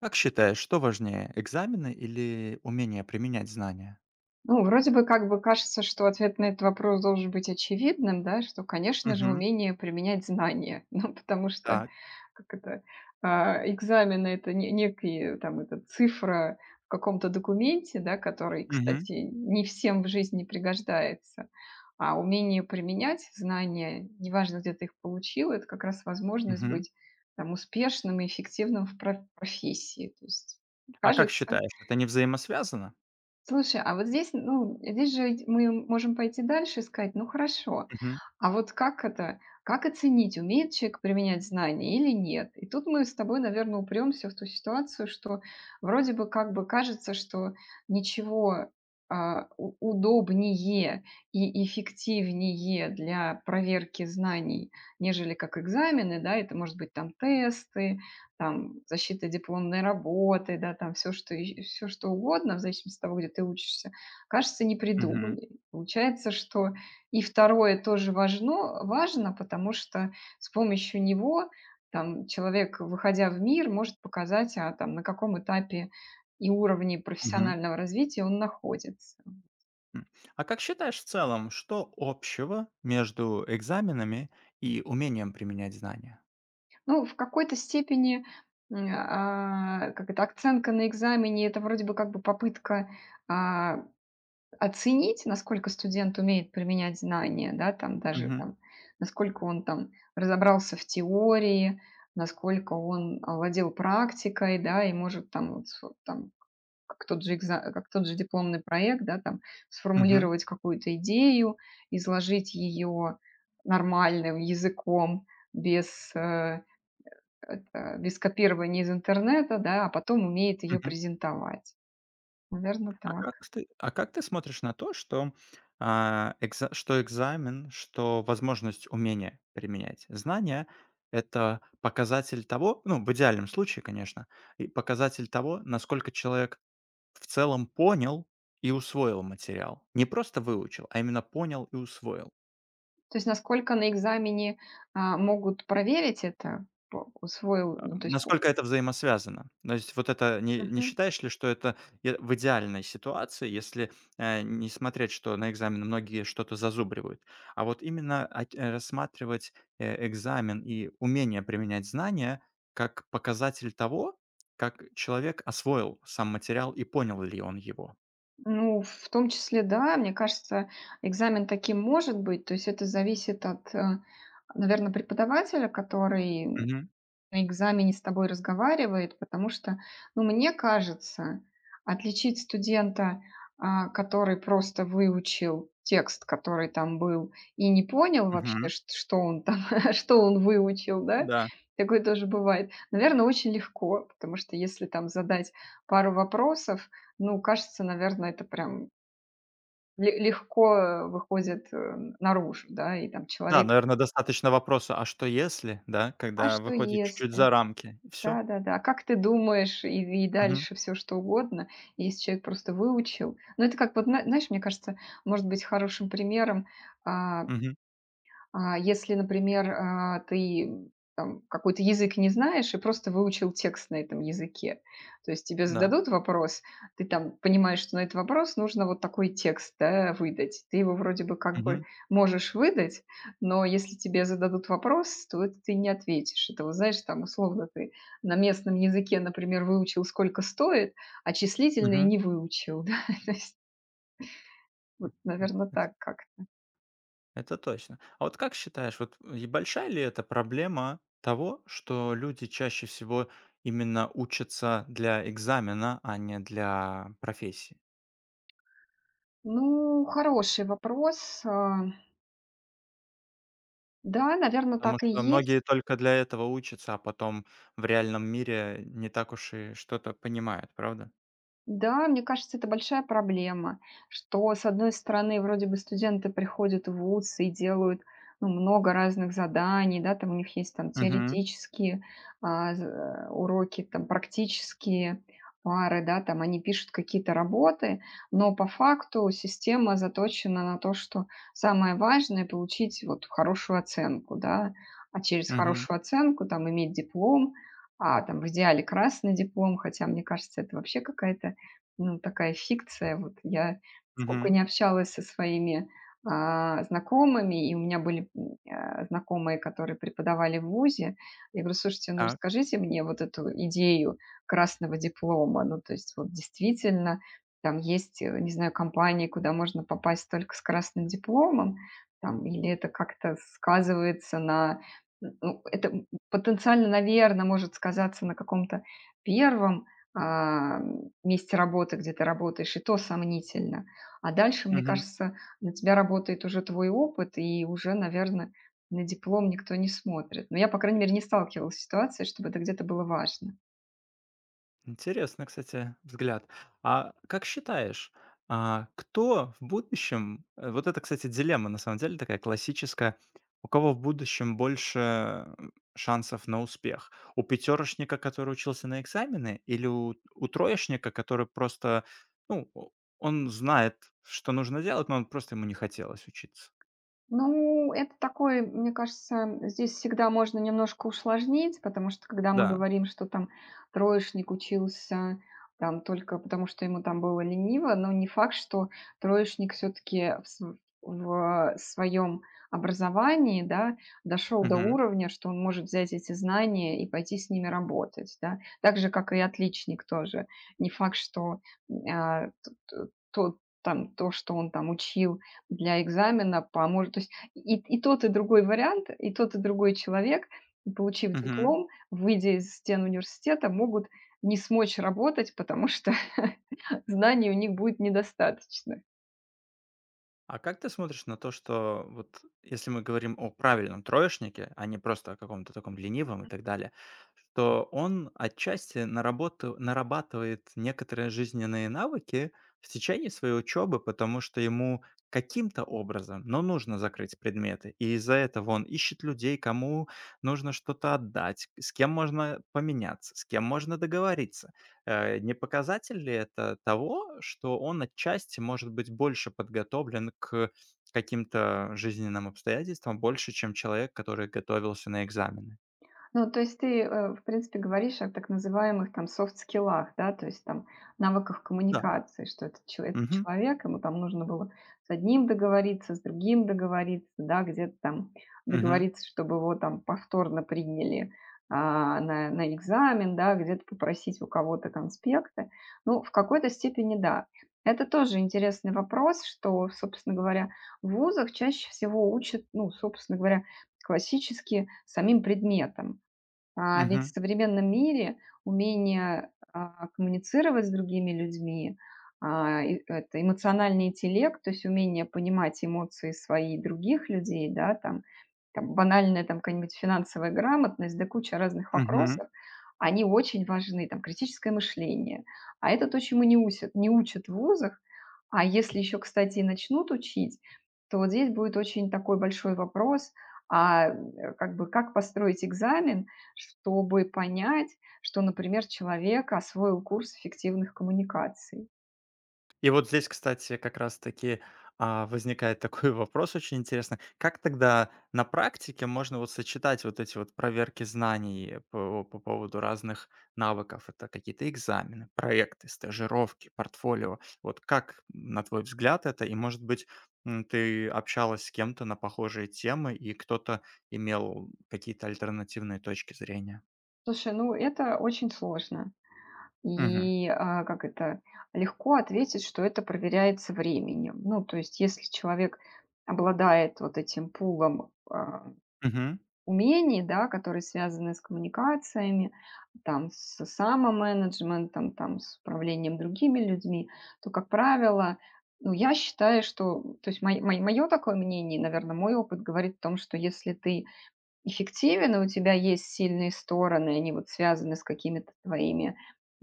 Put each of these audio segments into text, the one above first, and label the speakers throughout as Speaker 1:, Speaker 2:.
Speaker 1: Как считаешь, что важнее: экзамены или умение применять знания?
Speaker 2: Ну, вроде бы как бы кажется, что ответ на этот вопрос должен быть очевидным, да, что, конечно же,
Speaker 1: Мгм.
Speaker 2: умение применять знания, ну, потому что,
Speaker 1: Так.
Speaker 2: как это, экзамены– это не, некие, там, это цифра в каком-то документе, да, который,
Speaker 1: Мгм.
Speaker 2: кстати, не всем в жизни пригождается, а умение применять знания, неважно, где ты их получил, это как раз возможность
Speaker 1: Мгм.
Speaker 2: быть там, успешным и эффективным в профессии. То есть,
Speaker 1: А как
Speaker 2: кажется.
Speaker 1: считаешь, это не взаимосвязано?
Speaker 2: Слушай, а вот здесь, ну, здесь же ведь мы можем пойти дальше и сказать, ну хорошо,
Speaker 1: Мгм.
Speaker 2: а вот как это, как оценить, умеет человек применять знания или нет? И тут мы с тобой, наверное, упремся в ту ситуацию, что вроде бы как бы кажется, что ничего удобнее и эффективнее для проверки знаний, нежели как экзамены, да, это может быть там тесты, там защита дипломной работы, да, там все что угодно, в зависимости от того, где ты учишься, кажется, не
Speaker 1: Мгм.
Speaker 2: придумали. Получается, что и второе тоже важно, потому что с помощью него там человек, выходя в мир, может показать, там на каком этапе и уровне
Speaker 1: Мгм.
Speaker 2: профессионального развития он находится.
Speaker 1: М. А как считаешь в целом, что общего между экзаменами и умением применять знания?
Speaker 2: Ну, в какой-то степени, как это, оценка на экзамене- это вроде бы как бы попытка, а, оценить, насколько студент умеет применять знания, да, там даже
Speaker 1: Мгм.
Speaker 2: там, насколько он там разобрался в теории, насколько он овладел практикой, да, и может там, вот с там, как тот же дипломный проект, да, там
Speaker 1: Мгм.
Speaker 2: сформулировать какую-то идею, изложить ее нормальным языком, без без копирования из интернета, да, а потом умеет ее
Speaker 1: Мгм.
Speaker 2: презентовать. Наверное,
Speaker 1: А
Speaker 2: так.
Speaker 1: как ты, а как ты смотришь на то, что, а, экза что экзамен, что возможность умения применять знания — это показатель того, ну, в идеальном случае, конечно, и показатель того, насколько человек в целом понял и усвоил материал. Не просто выучил, а именно понял и усвоил.
Speaker 2: То есть насколько на экзамене, могут проверить это, по усвоил, ну, то есть по.
Speaker 1: Насколько это взаимосвязано? То есть вот это не
Speaker 2: Мгм.
Speaker 1: считаешь ли, что это я в идеальной ситуации, если, не смотреть, что на экзамене многие что-то зазубривают, а вот именно ат рассматривать, экзамен и умение применять знания как показатель того, как человек освоил сам материал и понял ли он его?
Speaker 2: Ну, в том числе, да, мне кажется, экзамен таким может быть. То есть это зависит от, наверное, преподавателя, который
Speaker 1: Мгм,
Speaker 2: на экзамене с тобой разговаривает, потому что, ну, мне кажется, отличить студента, который просто выучил текст, который там был, и не понял вообще,
Speaker 1: мгм.
Speaker 2: шт что он там, что он выучил, да,
Speaker 1: Да.
Speaker 2: такое тоже бывает, наверное, очень легко, потому что если там задать пару вопросов, ну, кажется, наверное, это прям ле легко, выходит, наружу, да, и там
Speaker 1: Да,
Speaker 2: человек:
Speaker 1: наверное, достаточно вопроса: «А что если?» Да,
Speaker 2: "А
Speaker 1: когда
Speaker 2: что
Speaker 1: выходит чуть-чуть
Speaker 2: если?"
Speaker 1: за рамки. Все?
Speaker 2: Да-да-да. А как ты думаешь, и дальше все что угодно. Если человек просто выучил. Но это как вот, знаешь, мне кажется, может быть хорошим примером, а если, например, ты, там, какой-то язык не знаешь и просто выучил текст на этом языке. То есть тебе
Speaker 1: Да.
Speaker 2: зададут вопрос, ты там понимаешь, что на этот вопрос нужно вот такой текст, да, выдать. Ты его вроде бы как бы можешь выдать, но если тебе зададут вопрос, то это ты не ответишь. Это вот знаешь, там условно ты на местном языке, например, выучил, сколько стоит, а числительные
Speaker 1: Мгм.
Speaker 2: не выучил, да. То есть вот,
Speaker 1: Мгм.
Speaker 2: наверное,
Speaker 1: Это
Speaker 2: так как.
Speaker 1: это точно. А вот как считаешь, вот, и большая ли это проблема того, что люди чаще всего именно учатся для экзамена, а не для профессии?
Speaker 2: Ну, хороший вопрос. Да, наверное,
Speaker 1: Потому
Speaker 2: так и
Speaker 1: что
Speaker 2: есть.
Speaker 1: многие только для этого учатся, а потом в реальном мире не так уж и что-то понимают, правда?
Speaker 2: Да, мне кажется, это большая проблема, что, с одной стороны, вроде бы студенты приходят в вуз и делают ну, много разных заданий, да, там у них есть там
Speaker 1: Угу.
Speaker 2: теоретические а, уроки, там практические пары, да, там они пишут какие-то работы, но по факту система заточена на то, что самое важное получить вот хорошую оценку, да, а через
Speaker 1: Угу.
Speaker 2: хорошую оценку там иметь диплом, а там в идеале красный диплом, хотя мне кажется, это вообще какая-то ну, такая фикция. Вот я сколько
Speaker 1: Угу.
Speaker 2: не общалась со своими, знакомыми, и у меня были, знакомые, которые преподавали в вузе. Я говорю: "Слушайте, ну,
Speaker 1: Так.
Speaker 2: расскажите мне вот эту идею красного диплома". Ну, то есть вот действительно там есть, не знаю, компании, куда можно попасть только с красным дипломом, там, или это как-то сказывается на ну, это, потенциально, наверно, может сказаться на каком-то первом а, месте работы, где ты работаешь, и то сомнительно. А дальше, мне
Speaker 1: Мгм.
Speaker 2: кажется, на тебя работает уже твой опыт, и уже, наверное, на диплом никто не смотрит. Но я, по крайней мере, не сталкивалась с ситуацией, чтобы это где-то было важно.
Speaker 1: Интересно, кстати, взгляд. А как считаешь, кто в будущем вот это, кстати, дилемма, на самом деле, такая классическая. У кого в будущем больше шансов на успех? У пятерочника, который учился на экзамены, или у троечника, который просто, ну, он знает, что нужно делать, но он просто ему не хотелось учиться?
Speaker 2: Ну, это такой, мне кажется, здесь всегда можно немножко усложнить, потому что когда мы
Speaker 1: Да.
Speaker 2: говорим, что там троечник учился там только потому, что ему там было лениво, но не факт, что троечник все-таки в своем образовании, да, дошел до уровня, что он может взять эти знания и пойти с ними работать, да. Так же, как и отличник тоже. Не факт, что а, т- т- то, что он там учил, для экзамена поможет. То есть и тот, и другой вариант, и тот, и другой человек, получив
Speaker 1: Мгм.
Speaker 2: диплом, выйдя из стен университета, могут не смочь работать, потому что знаний у них будет недостаточно.
Speaker 1: А как ты смотришь на то, что вот если мы говорим о правильном троечнике, а не просто о каком-то таком ленивом и так далее, что он отчасти нарабатывает некоторые жизненные навыки в течение своей учебы, потому что ему каким-то образом, но нужно закрыть предметы. И из-за этого он ищет людей, кому нужно что-то отдать, с кем можно поменяться, с кем можно договориться. Не показатель ли это того, что он отчасти может быть больше подготовлен к каким-то жизненным обстоятельствам больше, чем человек, который готовился на экзамены?
Speaker 2: Ну, то есть ты, в принципе, говоришь о так называемых там софт-скиллах, да, то есть там навыках
Speaker 1: Да.
Speaker 2: коммуникации, что этот
Speaker 1: Мгм.
Speaker 2: человек, ему там нужно было с одним договориться, с другим договориться, да, где-то там
Speaker 1: Мгм.
Speaker 2: договориться, чтобы его там повторно приняли, на экзамен, да, где-то попросить у кого-то конспекты. Ну, в какой-то степени да. Это тоже интересный вопрос, что, собственно говоря, в вузах чаще всего учат, ну, собственно говоря, классически самим предметом. А ведь в
Speaker 1: Мгм.
Speaker 2: современном мире умение, коммуницировать с другими людьми, и это эмоциональный интеллект, то есть умение понимать эмоции свои и других людей, да, там, там банальная там какая-нибудь финансовая грамотность, да куча разных
Speaker 1: Мгм.
Speaker 2: вопросов, они очень важны, там критическое мышление. А это то, чему не учат в вузах. А если еще, кстати, и начнут учить, то вот здесь будет очень такой большой вопрос, как бы как построить экзамен, чтобы понять, что, например, человек освоил курс эффективных коммуникаций?
Speaker 1: И вот здесь, кстати, как раз-таки, возникает такой вопрос очень интересный. Как тогда на практике можно вот сочетать вот эти вот проверки знаний по поводу разных навыков? Это какие-то экзамены, проекты, стажировки, портфолио. Вот как, на твой взгляд, это? И, может быть, ты общалась с кем-то на похожие темы, и кто-то имел какие-то альтернативные точки зрения?
Speaker 2: Слушай, ну это очень сложно.
Speaker 1: Угу,
Speaker 2: И как это легко ответить, что это проверяется временем. Ну, то есть, если человек обладает вот этим пулом
Speaker 1: угу,
Speaker 2: умений, да, которые связаны с коммуникациями, там, с самоменеджментом, там, с управлением другими людьми, то, как правило, ну, я считаю, что, то есть мое такое мнение, наверное, мой опыт говорит о том, что если ты эффективен, и у тебя есть сильные стороны, они вот связаны с какими-то твоими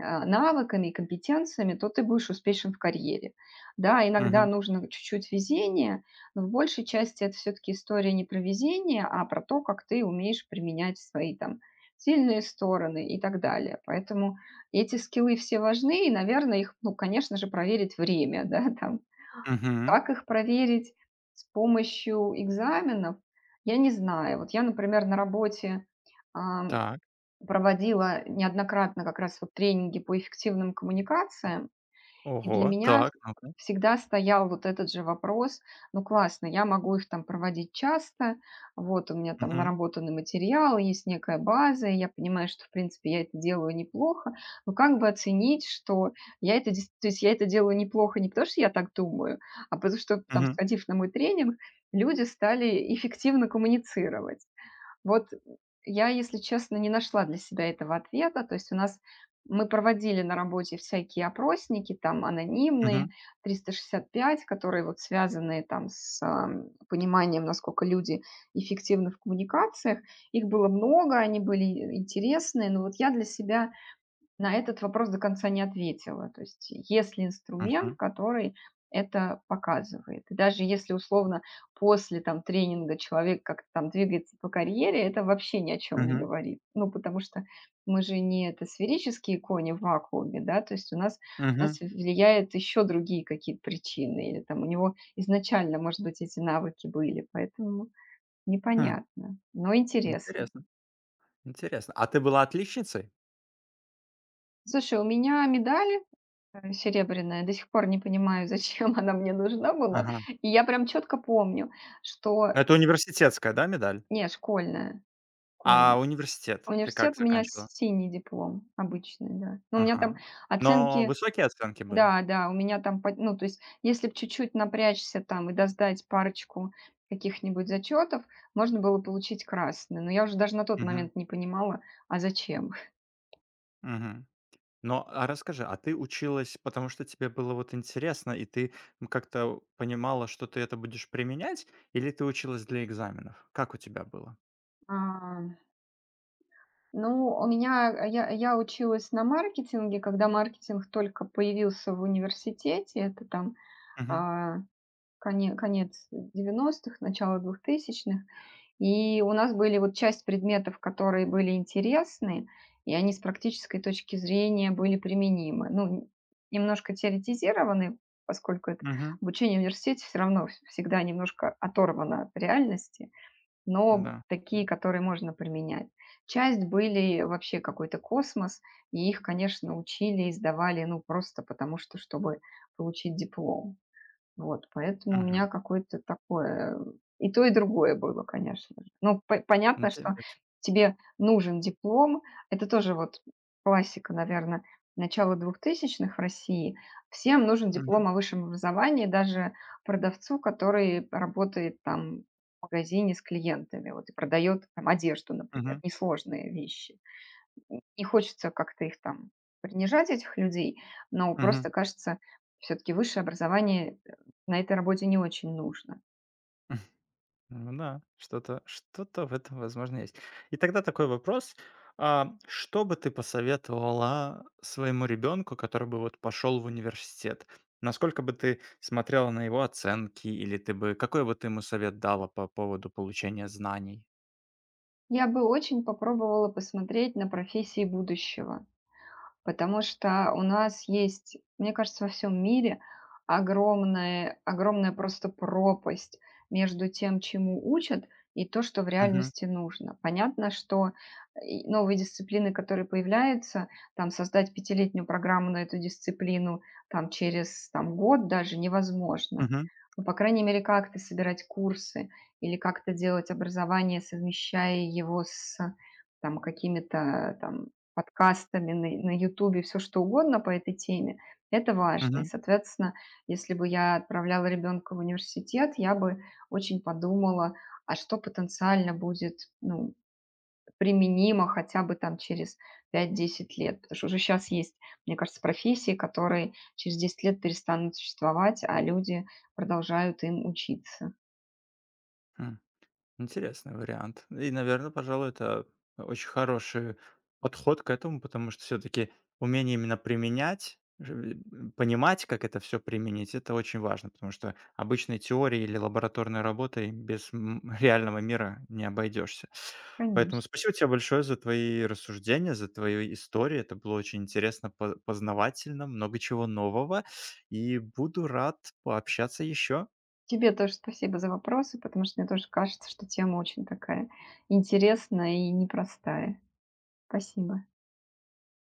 Speaker 2: навыками и компетенциями, то ты будешь успешен в карьере. Да, иногда
Speaker 1: угу,
Speaker 2: нужно вот чуть-чуть везения, но в большей части это все-таки история не про везение, а про то, как ты умеешь применять свои там сильные стороны и так далее. Поэтому эти скиллы все важны, и, наверное, их, ну, конечно же, проверить время, да, там.
Speaker 1: угу.
Speaker 2: Как их проверить с помощью экзаменов, я не знаю. Вот я, например, на работе,
Speaker 1: Так.
Speaker 2: проводила неоднократно как раз вот тренинги по эффективным коммуникациям, и для
Speaker 1: Ого.
Speaker 2: меня
Speaker 1: Так. Ну-ка.
Speaker 2: всегда стоял вот этот же вопрос: "Ну, классно, я могу их там проводить часто, вот у меня там
Speaker 1: Мгм.
Speaker 2: наработанный материал, есть некая база, и я понимаю, что, в принципе, я это делаю неплохо. Но как бы оценить, что я это дес то есть я это делаю неплохо не потому, что я так думаю, а потому что, там,
Speaker 1: Мгм.
Speaker 2: сходив на мой тренинг, люди стали эффективно коммуницировать?" Вот я, если честно, не нашла для себя этого ответа. То есть у нас мы проводили на работе всякие опросники, там
Speaker 1: Мгм,
Speaker 2: анонимные, 365, которые вот связаны там с пониманием, насколько люди эффективны в коммуникациях. Их было много, они были интересные, но вот я для себя на этот вопрос до конца не ответила. То есть, есть ли инструмент,
Speaker 1: мгм,
Speaker 2: который это показывает? И даже если условно после там тренинга человек как-то там двигается по карьере, это вообще ни о чем не
Speaker 1: мгм,
Speaker 2: говорит. Ну, потому что мы же не это сферические кони в вакууме, да, то есть у нас
Speaker 1: мгм.
Speaker 2: влияет еще другие какие-то причины, или там у него изначально, может быть, эти навыки были, поэтому
Speaker 1: Хм,
Speaker 2: непонятно, но интересно.
Speaker 1: интересно, интересно. А ты была отличницей?
Speaker 2: Слушай, у меня медаль серебряная. До сих пор не понимаю, зачем она мне нужна была.
Speaker 1: Ага.
Speaker 2: И я прям четко помню, что
Speaker 1: Но это университетская, да, медаль?
Speaker 2: не, школьная, школьная.
Speaker 1: А университет ты
Speaker 2: Университет
Speaker 1: как
Speaker 2: у меня
Speaker 1: заканчивала?
Speaker 2: синий диплом обычный, да. Но у меня там
Speaker 1: Ага. Но
Speaker 2: оценки,
Speaker 1: высокие оценки были?
Speaker 2: да, да, у меня там, ну, то есть, если б чуть-чуть напрячься там и доздать парочку каких-нибудь зачетов, можно было получить красный. Но я уже даже на тот
Speaker 1: Мгм,
Speaker 2: момент не понимала, а зачем.
Speaker 1: мгм. Но, а расскажи, а ты училась, потому что тебе было вот интересно, и ты, как-то понимала, что ты это будешь применять, или ты училась для экзаменов? Как у тебя было?
Speaker 2: Ну, у меня, я училась на маркетинге, когда маркетинг только появился в университете. Это там,
Speaker 1: Мгм,
Speaker 2: а, конец 90-х, начало 2000-х, и у нас были вот часть предметов, которые были интересны, и они с практической точки зрения были применимы. Ну, немножко теоретизированы, поскольку это
Speaker 1: мгм,
Speaker 2: обучение в университете все равно вс всегда немножко оторвано от реальности, но
Speaker 1: да,
Speaker 2: такие, которые можно применять. Часть были вообще какой-то космос, и их, конечно, учили, издавали, ну, просто потому что, чтобы получить диплом. Вот, поэтому у меня
Speaker 1: мгм.
Speaker 2: какое-то такое, и то, и другое было, конечно же. Ну, по понятно, что
Speaker 1: Интересно.
Speaker 2: тебе нужен диплом. Это тоже вот классика, наверное, начала 2000-х в России. Всем нужен
Speaker 1: Мгм,
Speaker 2: диплом о высшем образовании, даже продавцу, который работает там в магазине с клиентами, вот и продает там одежду, например,
Speaker 1: мгм,
Speaker 2: несложные вещи. Не хочется как-то их там принижать, этих людей, но
Speaker 1: мгм.
Speaker 2: просто, кажется, все таки высшее образование, на этой работе не очень нужно.
Speaker 1: Ну да, что-то в этом, возможно, есть. И тогда такой вопрос: что бы ты посоветовала своему ребенку, который бы вот пошел в университет? Насколько бы ты смотрела на его оценки, или ты бы какой бы ты ему совет дала по поводу получения знаний?
Speaker 2: Я бы очень попробовала посмотреть на профессии будущего. Потому что у нас есть, мне кажется, во всем мире огромная, огромная просто пропасть между тем, чему учат, и то, что в
Speaker 1: Мгм.
Speaker 2: реальности нужно. Понятно, что и новые дисциплины, которые появляются, там создать пятилетнюю программу на эту дисциплину там, через там, год даже невозможно.
Speaker 1: Мгм.
Speaker 2: Но, по крайней мере, как-то собирать курсы или как-то делать образование, совмещая его с там, какими-то там, подкастами на "Ютубе", все что угодно по этой теме, это важно. И,
Speaker 1: Мгм.
Speaker 2: соответственно, если бы я отправляла ребенка в университет, я бы очень подумала, а что потенциально будет, ну, применимо хотя бы там через 5-10 лет. Потому что уже сейчас есть, мне кажется, профессии, которые через 10 лет перестанут существовать, а люди продолжают им учиться.
Speaker 1: Интересный вариант. И, наверное, пожалуй, это очень хороший подход к этому, потому что все-таки умение именно применять, понимать, как это все применить, это очень важно, потому что обычной теорией или лабораторной работой без реального мира не обойдешься. Поэтому
Speaker 2: Конечно.
Speaker 1: спасибо тебе большое за твои рассуждения, за твою историю. Это было очень интересно, познавательно, много чего нового. И буду рад пообщаться еще.
Speaker 2: Тебе тоже спасибо за вопросы, потому что мне тоже кажется, что тема очень такая интересная и непростая. Спасибо.